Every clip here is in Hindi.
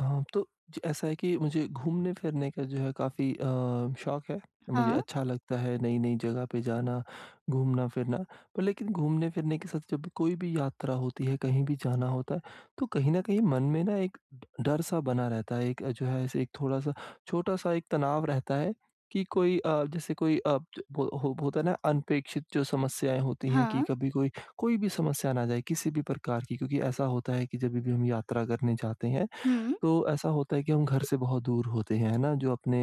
हाँ, तो ज ऐसा है कि मुझे घूमने-फिरने का जो है काफ़ी शौक है। मुझे हाँ। अच्छा लगता है नई-नई जगह पे जाना, घूमना-फिरना। पर लेकिन घूमने-फिरने के साथ जब कोई भी यात्रा होती है, कहीं भी जाना होता है, तो कहीं न कहीं मन में ना एक ड डर-सा बना रहता है। एक जो है ऐसे एक थोड़ा-सा छोटा-सा एक तनाव रहता है कि कोई जैसे कोई ज वो हो होता है ना अनपेक्षित जो समस्याएँ होती हैं कि हाँ। कभी कोई कोई भी समस्या ना आ जाए किसी भी प्रकार की। क्योंकि ऐसा होता है कि जभी भी हम यात्रा करने जाते हैं हुँ। तो ऐसा होता है कि हम घर से बहुत दूर होते हैं, है ना? जो अपने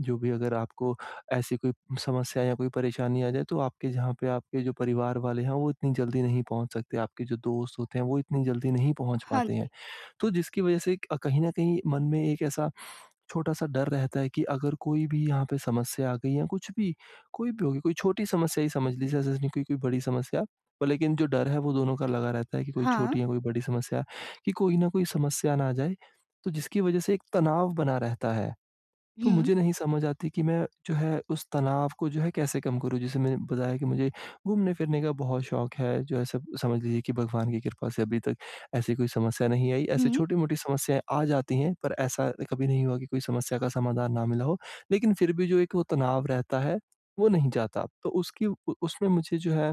जो भी अगर आपको ऐसी कोई समस्या या कोई परेशानी आ जाए तो आपके जहाँ पे आपके जो परिवार वाले हैं वो इतनी जल्दी नहीं पहुँच सकते, आपके जो दोस्त होते हैं वो इतनी जल्दी नहीं पहुँच हाँ पाते हैं। जी। तो जिसकी वज़ह से क कहीं न कहीं मन में एक ऐसा छोटा-सा डर रहता है कि अगर कोई भी यहाँ पे समस्या आ गई या कुछ भी, कोई भी होगी, कोई छोटी समस्या ही समझ लीजिए ऐसे नहीं कोई कोई बड़ी समस्या। पर लेकिन जो डर है वो दोनों का लगा रहता है कि कोई हाँ। छोटी या कोई बड़ी समस्या, कि कोई ना कोई समस्या ना आ जाए, तो जिसकी वजह से एक तनाव बना रहता है। तो हुँ। मुझे नहीं समझ आती कि मैं जो है उस तनाव को जो है कैसे कम करूँ? जैसे मैंने बताया कि मुझे घूमने-फिरने का बहुत शौक है, जो है सब समझ लीजिए कि भगवान की कृपा से अभी तक ऐसी कोई समस्या नहीं आई। ऐसी हुँ। छोटी-मोटी समस्याएँ आ जाती हैं, पर ऐसा कभी नहीं हुआ कि कोई समस्या का समाधान ना मिला हो। लेकिन फिर भी जो एक वो तनाव रहता है, वो नहीं जाता। तो उसकी उ उसमें मुझे जो है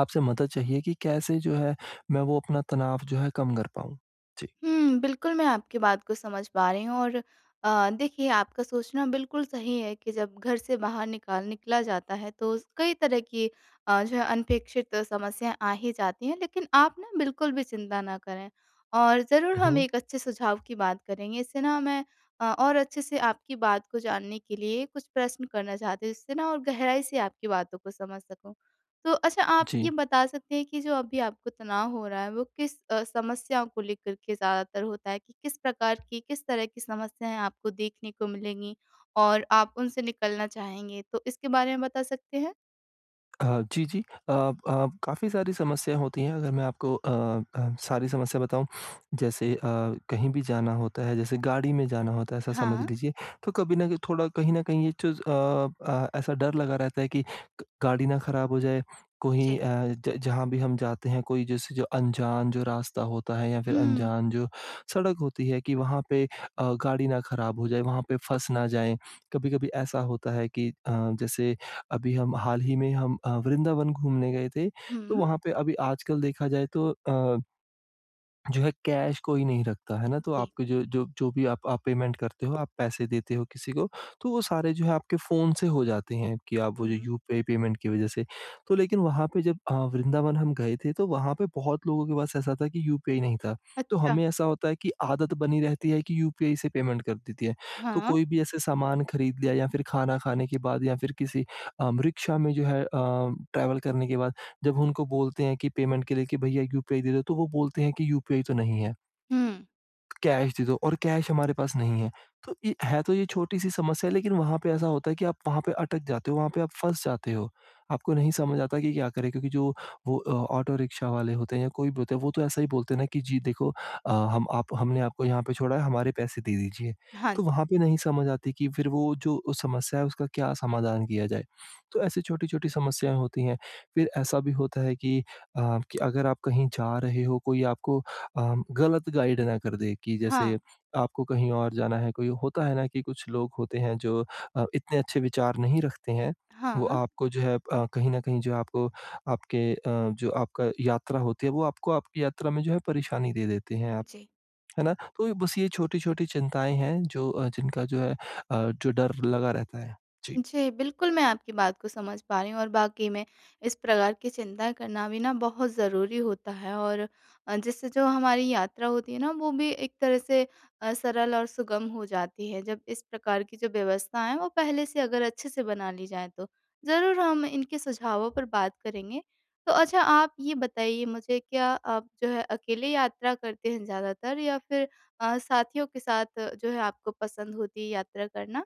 आपसे मदद चाहिए कि कैसे जो है मैं वो अपना तनाव जो है कम कर पाऊँ? जी। बिल्कुल मैं आपकी बात को समझ पा रही हूँ। और देखिए, आपका सोचना बिल्कुल सही है कि जब घर से बाहर निकाल निकला जाता है तो स कई तरह की जो है अनपेक्षित समस्याएँ आ ही जाती हैं, लेकिन आप ना बिल्कुल भी चिंता ना करें, और ज़रूर हुँ, हम हुँ। एक अच्छे सुझाव की बात करेंगे। इससे ना मैं और अच्छे से आपकी बात को जानने के लिए कुछ प्रश्न करना चाहती हूँ, जिससे ना और गहराई से आपकी बातों को समझ सकूँ। तो अच्छा, आप जी। ये बता सकते हैं कि जो अभी आपको तनाव हो रहा है वो किस समस्या को लेकर के ज़्यादातर होता है, कि किस प्रकार की किस तरह की समस्याएँ आपको देखने को मिलेंगी और आप उनसे निकलना चाहेंगे? तो इसके बारे में बता सकते हैं? जी, जी। काफ़ी सारी समस्याएँ होती हैं अगर मैं आपको सारी समस्या बताऊँ जैसे कहीं भी जाना होता है, जैसे गाड़ी में जाना होता है ऐसा समझ हाँ। लीजिए, तो कभी न कभी थोड़ा कहीं न कहीं ये चीज़ ऐसा डर लगा रहता है कि ग गाड़ी ना खराब हो जाए, कोई जी। अ, ज जहाँ भी हम जाते हैं कोई जैसे जो अनजान जो रास्ता होता है या फिर हुँ, अनजान जो सड़क होती है कि वहाँ पे गाड़ी ना खराब हो जाए, वहाँ पे फँस ना जाएँ। कभी-कभी ऐसा होता है कि जैसे अभी हम हाल ही में हम वृंदावन घूमने गए थे, तो हुँ। वहाँ पे अभी आजकल देखा जाए तो जो है कैश कोई नहीं रखता, है ना? तो जी। आपके जो जो जो भी आप पेमेंट करते हो, आप पैसे देते हो किसी को, तो वो सारे जो है आपके फ़ोन से हो जाते हैं कि आप वो जो हुँ। यूपीआई पेमेंट की वज़ह से। तो लेकिन वहाँ पे जब वृंदावन हम गए थे, तो वहाँ पे बहुत लोगों के पास ऐसा था कि यूपीआई नहीं था। तो अच्छा। हमें ऐसा होता है कि आदत बनी रहती है कि यूपीआई से पेमेंट कर देती है। तो हाँ। कोई भी ऐसे सामान खरीद लिया या फिर खाना खाने के बाद या फिर किसी रिक्शा में जो है ट्रैवल करने के बाद जब उनको बोलते हैं कि पेमेंट के लिए कि भैया यूपीआई दे दो, तो वो बोलते हैं कि यूपीआई तो नहीं है। हुँ। कैश दे दो और कैश हमारे पास नहीं है। तो ये है तो ये छोटी-सी समस्या है लेकिन वहाँ पे ऐसा होता है कि आप वहाँ पे अटक जाते हो, वहाँ पे आप फँस जाते हो। आपको नहीं समझ आता कि क्या करें क्योंकि जो वो ऑटो रिक्शा वाले होते हैं या कोई भी होता है वो तो ऐसा ही बोलते हैं ना कि जी देखो हम आप हमने आपको यहाँ पे छोड़ा है हमारे पैसे दे दीजिए। हाँ जी। तो वहाँ पे नहीं समझ आती कि फिर वो जो उस समस्या है उसका क्या समाधान किया जाए। तो ऐसी छोटी-छोटी समस्याएँ होती हैं। फिर ऐसा भी होता है कि अगर आप कहीं जा रहे हो कोई आपको गलत गाइड ना कर दे कि हाँ। जैसे आपको कहीं और जाना है, कोई होता है ना कि कुछ लोग होते हैं जो इतने अच्छे विचार नहीं रखते हैं। वो हाँ। आपको जो है कहीं न कहीं जो आपको आपके जो आपका यात्रा होती है वो आपको आपकी यात्रा में जो है परेशानी दे देते हैं आप, जी। है ना? तो बस ये छोटी-छोटी चिंताएँ हैं जो जिनका जो है जो डर लगा रहता है। जी। जी, बिल्कुल मैं आपकी बात को समझ पा रही हूँ, और वाक़ई में इस प्रकार की चिंता करना भी ना बहुत ज़रूरी होता है, और जिससे जो हमारी यात्रा होती है ना वो भी एक तरह से सरल और सुगम हो जाती है, जब इस प्रकार की जो व्यवस्था है वो पहले से अगर अच्छे से बना ली जाए तो। ज़रूर हम इनके सुझावों पर बात करेंगे। तो अच्छा, आप ये बताइए मुझे, क्या आप जो है अकेले यात्रा करते हैं ज़्यादातर, या फिर साथियों के साथ जो है आपको पसंद होती है यात्रा करना?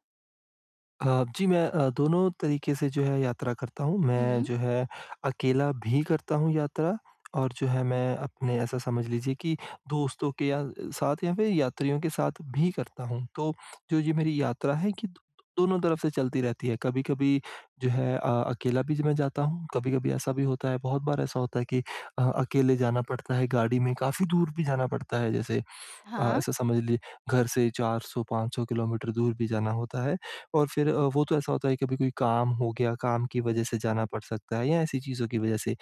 जी, मैं दोनों तरीके से जो है यात्रा करता हूँ। मैं हुँ। जो है अकेला भी करता हूँ यात्रा और जो है मैं अपने ऐसा समझ लीजिए कि दोस्तों के या साथ या फिर यात्रियों के साथ भी करता हूँ। तो जो ये मेरी यात्रा है कि दोनों तरफ से चलती रहती है। कभी-कभी जो है अकेला भी मैं जाता हूँ, कभी-कभी ऐसा भी होता है बहुत बार ऐसा होता है कि अकेले जाना पड़ता है गाड़ी में, काफ़ी दूर भी जाना पड़ता है जैसे हाँ। ऐसा समझ लीजिए घर से 400-500 किलोमीटर दूर भी जाना होता है और फिर वो तो ऐसा होता है कभी कोई काम हो गया, काम की वजह से जाना पड़ सकता है या ऐसी चीज़ों की वजह से।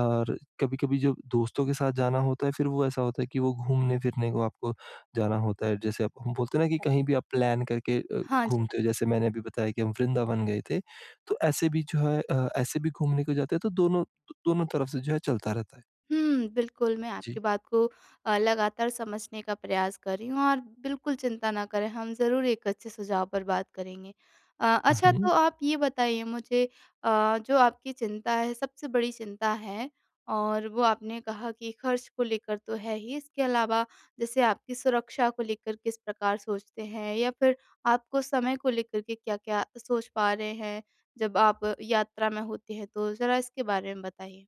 और कभी-कभी जब दोस्तों के साथ जाना होता है फिर वो ऐसा होता है कि वो घूमने-फिरने को आपको जाना होता है। जैसे अब हम बोलते हैं ना कि कहीं भी आप प्लान करके हाँ जी। घूमते हो जैसे मैंने अभी बताया कि हम वृंदावन गए थे। तो ऐसे भी जो है ऐसे भी घूमने को जाते हैं तो दोनों दोनों तरफ से जो है चलता रहता है। बिल्कुल मैं जी। आपकी बात को लगातार समझने का प्रयास कर रही हूँ, और बिल्कुल चिंता ना करें, हम ज़रूर एक अच्छे सुझाव पर बात करेंगे। हुँ, अच्छा, तो हुँ। आप ये बताइए मुझे, जो आपकी चिंता है, सबसे बड़ी चिंता है, और वो आपने कहा कि खर्च को लेकर तो है ही, इसके अलावा जैसे आपकी सुरक्षा को लेकर किस प्रकार सोचते हैं? या फिर आपको समय को लेकर के क्या-क्या सोच पा रहे हैं, जब आप यात्रा में होते हैं तो? ज़रा इसके बारे में बताइए।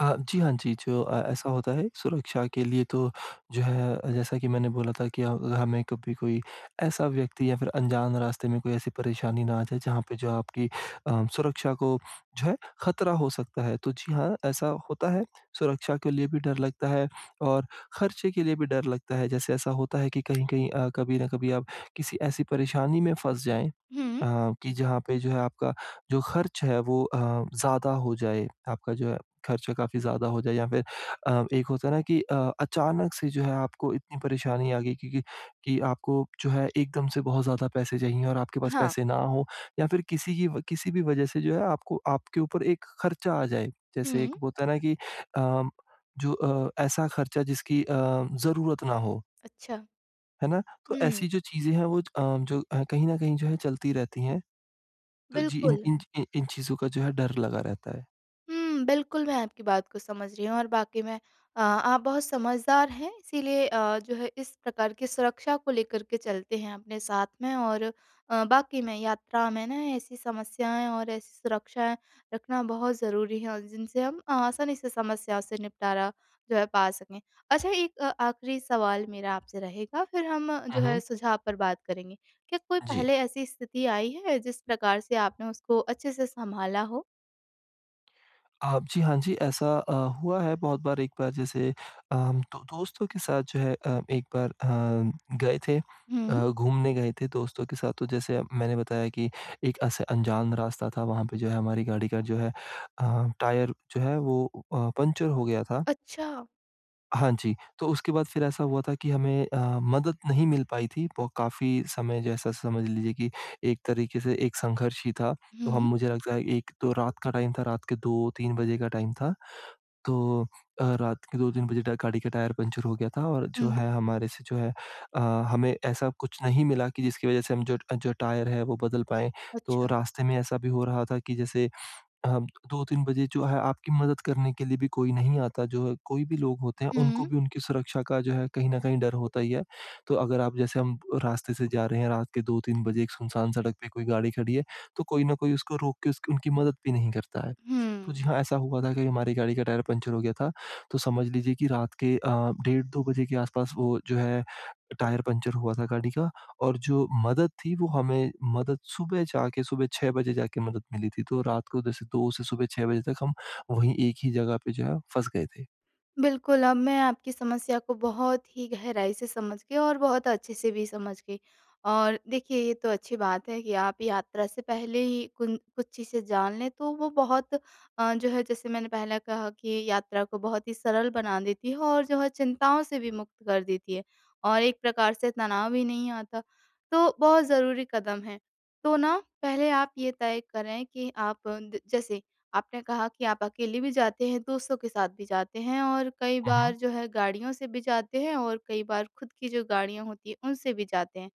जी, हाँ जी, जो ऐसा होता है सुरक्षा के लिए तो जो है जैसा कि मैंने बोला था कि हमें कभी कोई ऐसा व्यक्ति या फिर अनजान रास्ते में कोई ऐसी परेशानी ना आ जाए जहाँ पे जो आपकी सुरक्षा को जो है खतरा हो सकता है। तो जी हाँ, ऐसा होता है, सुरक्षा के लिए भी डर लगता है और खर्चे के लिए भी डर लगता है। जैसे ऐसा होता है कि कहीं-कहीं कभी न कभी आप किसी ऐसी परेशानी में फँस जाएँ हुँ। अ, कि जहाँ पे जो है आपका जो खर्च है वो ज़्यादा हो जाए। आपका जो है खर्चा काफ़ी ज़्यादा हो जाए या फिर एक होता है ना कि अचानक से जो है आपको इतनी परेशानी आ गई कि आपको जो है एकदम से बहुत ज़्यादा पैसे चाहिए और आपके पास हाँ। पैसे ना हो या फिर किसी की व किसी भी वजह से जो है आपको आपके ऊपर एक खर्चा आ जाए। जैसे एक हुँ, होता है ना कि अम, जो ऐसा खर्चा जिसकी ज़रूरत ना हो, अच्छा। है ना? तो हुँ, ऐसी जो चीज़ें हैं वो जो कहीं न कहीं जो है चलती रहती हैं। तो जी, इन बिल्कुल। इन इन इन चीज़ों का जो है डर लगा रहता है। बिल्कुल, मैं आपकी बात को समझ रही हूँ, और वाक़ई में आप बहुत समझदार हैं, इसीलिए जो है इस प्रकार की सुरक्षा को लेकर के चलते हैं अपने साथ में, और वाक़ई में यात्रा में ना ऐसी समस्याएँ और ऐसी सुरक्षाएँ रखना बहुत ज़रूरी है, और जिनसे हम आसानी से समस्याओं से निपटारा जो है पा सकें। अच्छा, एक आखिरी सवाल मेरा आपसे रहेगा, फिर हम हुँ, जो है हुँ। सुझाव पर बात करेंगे। क्या कोई जी। पहले ऐसी स्थिति आई है जिस प्रकार से आपने उसको अच्छे से सँभाला हो? आप जी, हाँ जी, ऐसा हुआ है बहुत बार एक बार जैसे हम दो दोस्तों के साथ जो है एक बार गए थे हुँ। घूमने गए थे दोस्तों के साथ तो जैसे मैंने बताया कि एक ऐसे अनजान रास्ता था वहाँ पे जो है हमारी गाड़ी का जो है टायर जो है वो पंक्चर हो गया था। अच्छा। हाँ जी, तो उसके बाद फिर ऐसा हुआ था कि हमें मदद नहीं मिल पाई थी वो काफ़ी समय जैसा समझ लीजिए कि एक तरीके से एक संघर्ष ही था। तो हम हुँ, मुझे लगता है एक तो रात का टाइम था, रात के 2-3 बजे का टाइम था। तो रात के 2-3 बजे ट गाड़ी का टायर पंक्चर हो गया था और जो हुँ, है हमारे से जो है अ, हमें ऐसा कुछ नहीं मिला कि जिसकी वज़ह से हम जो जो टायर है वो बदल पाएँ। तो अच्छा। रास्ते में ऐसा भी हो रहा था कि जैसे हाँ, 2-3 बजे जो है आपकी मदद करने के लिए भी कोई नहीं आता, जो है कोई भी लोग होते हैं, हुँ, उनको भी उनकी सुरक्षा का जो है कहीं न कहीं डर होता ही है। तो अगर आप जैसे हम रास्ते से जा रहे हैं, रात के 2-3 बजे एक सुनसान सड़क पे कोई गाड़ी खड़ी है, तो कोई न कोई उसको रोक के उसकी उनकी मदद भी नहीं करता है। तो जी हुँ। हाँ, ऐसा हुआ था कि हमारी गाड़ी का टायर पंचर हो गया था, तो समझ लीजिए कि रात के डेढ़ 2 बजे के आसपास वो जो है टायर पंचर हुआ था गाड़ी का और जो मदद थी वो हमें मदद सुबह जाके सुबह 6 बजे जाके मदद मिली थी, तो रात को जैसे 2 से सुबह 6 बजे तक हम वहीं एक ही जगह पे जो है फँस गए थे। बिल्कुल, अब मैं आपकी समस्या को बहुत ही गहराई से समझ गई, और बहुत अच्छे से भी समझ गई। और देखिए, ये तो अच्छी बात है कि आप यात्रा से पहले ही कुन कुछ चीज़ें जान लें तो वो बहुत जो है, जैसे मैंने पहले कहा, कि यात्रा को बहुत ही सरल बना देती है, और जो है चिंताओं से भी मुक्त कर देती है, और एक प्रकार से तनाव भी नहीं आता। तो बहुत ज़रूरी कदम है। तो ना, पहले आप ये तय करें कि आप अ, द जैसे आपने कहा कि आप अकेले भी जाते हैं, दोस्तों के साथ भी जाते हैं, और कई हुँ, बार हुँ। जो है गाड़ियों से भी जाते हैं, और कई बार खुद की जो गाड़ियाँ होती हैं उनसे भी जाते हैं।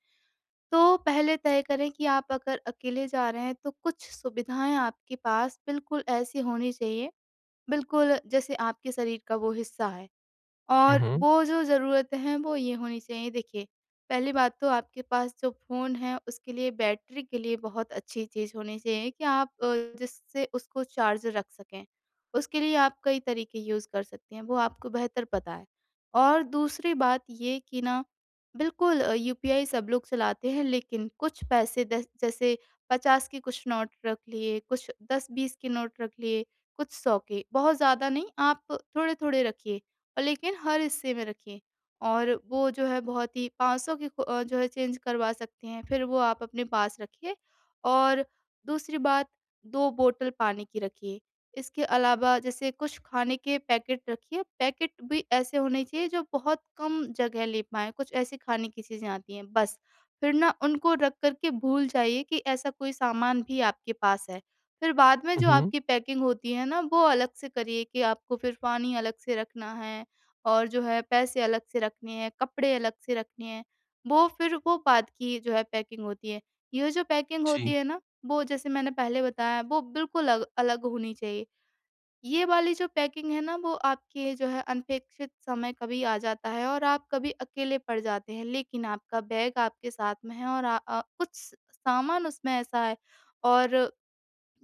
तो पहले तय करें कि आप अगर अकेले जा रहे हैं तो कुछ सुविधाएँ आपके पास बिल्कुल ऐसी होनी चाहिए, बिल्कुल जैसे आपके शरीर का वो हिस्सा है। हुँ, और हुँ। वो जो ज़रूरतें हैं वो ये होनी चाहिए, देखिए, पहली बात तो आपके पास जो फ़ोन है उसके लिए बैटरी के लिए बहुत अच्छी चीज़ होनी चाहिए, कि आप जिससे उसको चार्ज रख सकें। उसके लिए आप कई तरीके यूज़ कर सकते हैं, वो आपको बेहतर पता है। और दूसरी बात ये कि ना, बिल्कुल यूपीआई सब लोग चलाते हैं, लेकिन कुछ पैसे दस जैसे 50 के कुछ नोट रख लिए, कुछ 10-20 के नोट रख लिए, कुछ 100 के, बहुत ज़्यादा नहीं, आप थोड़े-थोड़े रखिए। और लेकिन हर हिस्से में रखिए, और वो जो है बहुत ही 500 की जो है चेंज करवा सकते हैं, फिर वो आप अपने पास रखिए। और दूसरी बात, 2 बोतल पानी की रखिए। इसके अलावा जैसे कुछ खाने के पैकेट रखिए, पैकेट भी ऐसे होने चाहिए जो बहुत कम जगह ले पाएँ, कुछ ऐसी खाने की चीज़ें आती हैं बस। फिर ना उनको रख कर के भूल जाइए कि ऐसा कोई सामान भी आपके पास है। फिर बाद में हुँ, जो हुँ। आपकी पैकिंग होती है ना, वो अलग से करिए, कि आपको फिर पानी अलग से रखना है, और जो है पैसे अलग से रखने हैं, कपड़े अलग से रखने हैं, वो फिर वो बात की जो है पैकिंग होती है। ये जो पैकिंग जी। होती है ना, वो जैसे मैंने पहले बताया वो बिल्कुल अलग अलग होनी चाहिए। ये वाली जो पैकिंग है ना वो आपके जो है अनपेक्षित समय कभी आ जाता है और आप कभी अकेले पड़ जाते हैं, लेकिन आपका बैग आपके साथ में है, और कुछ सामान उसमें ऐसा है, और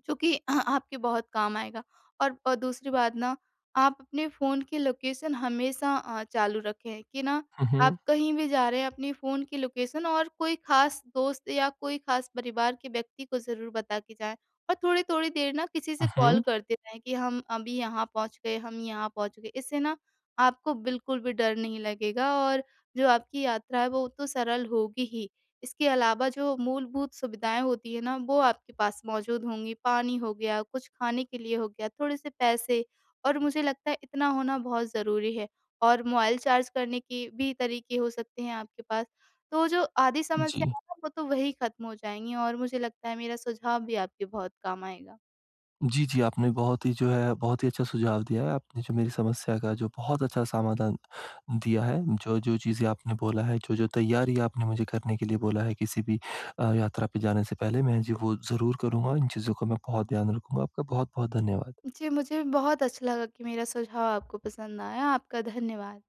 जो कि आपके बहुत काम आएगा। और दूसरी बात ना, आप अपने फ़ोन की लोकेशन हमेशा चालू रखें, कि ना हुँ, आप हुँ। कहीं भी जा रहे हैं अपने फ़ोन की लोकेशन और कोई ख़ास दोस्त या कोई ख़ास परिवार के व्यक्ति को ज़रूर बता के जाएँ। और थोड़ी-थोड़ी देर ना किसी से हुँ, कॉल हुँ। करते रहें, कि हम अभी यहाँ पहुँच गए, हम यहाँ पहुँच गए। इससे ना आपको बिल्कुल भी डर नहीं लगेगा, और जो आपकी यात्रा है वो तो सरल होगी ही। इसके अलावा जो मूलभूत सुविधाएँ होती हैं ना, वो आपके पास मौजूद होंगी। पानी हो गया, कुछ खाने के लिए हो गया, थोड़े-से पैसे, और मुझे लगता है इतना होना बहुत ज़रूरी है, और मोबाइल चार्ज करने के भी तरीके हो सकते हैं आपके पास। तो जो आधी समस्या जी। है ना, वो तो वही ख़त्म हो जाएँगी, और मुझे लगता है मेरा सुझाव भी आपके बहुत काम आएगा। जी, जी, आपने बहुत ही जो है बहुत ही अच्छा सुझाव दिया है। आपने जो मेरी समस्या का जो बहुत अच्छा समाधान दिया है, जो-जो चीज़ें आपने बोला है, जो-जो तैयारी आपने मुझे करने के लिए बोला है किसी भी यात्रा पे जाने से पहले, मैं जी वो ज़रूर करूँगा। इन चीज़ों का मैं बहुत ध्यान रखूँगा। आपका बहुत-बहुत धन्यवाद। जी, मुझे बहुत अच्छा लगा कि मेरा सुझाव आपको पसंद आया। आपका धन्यवाद।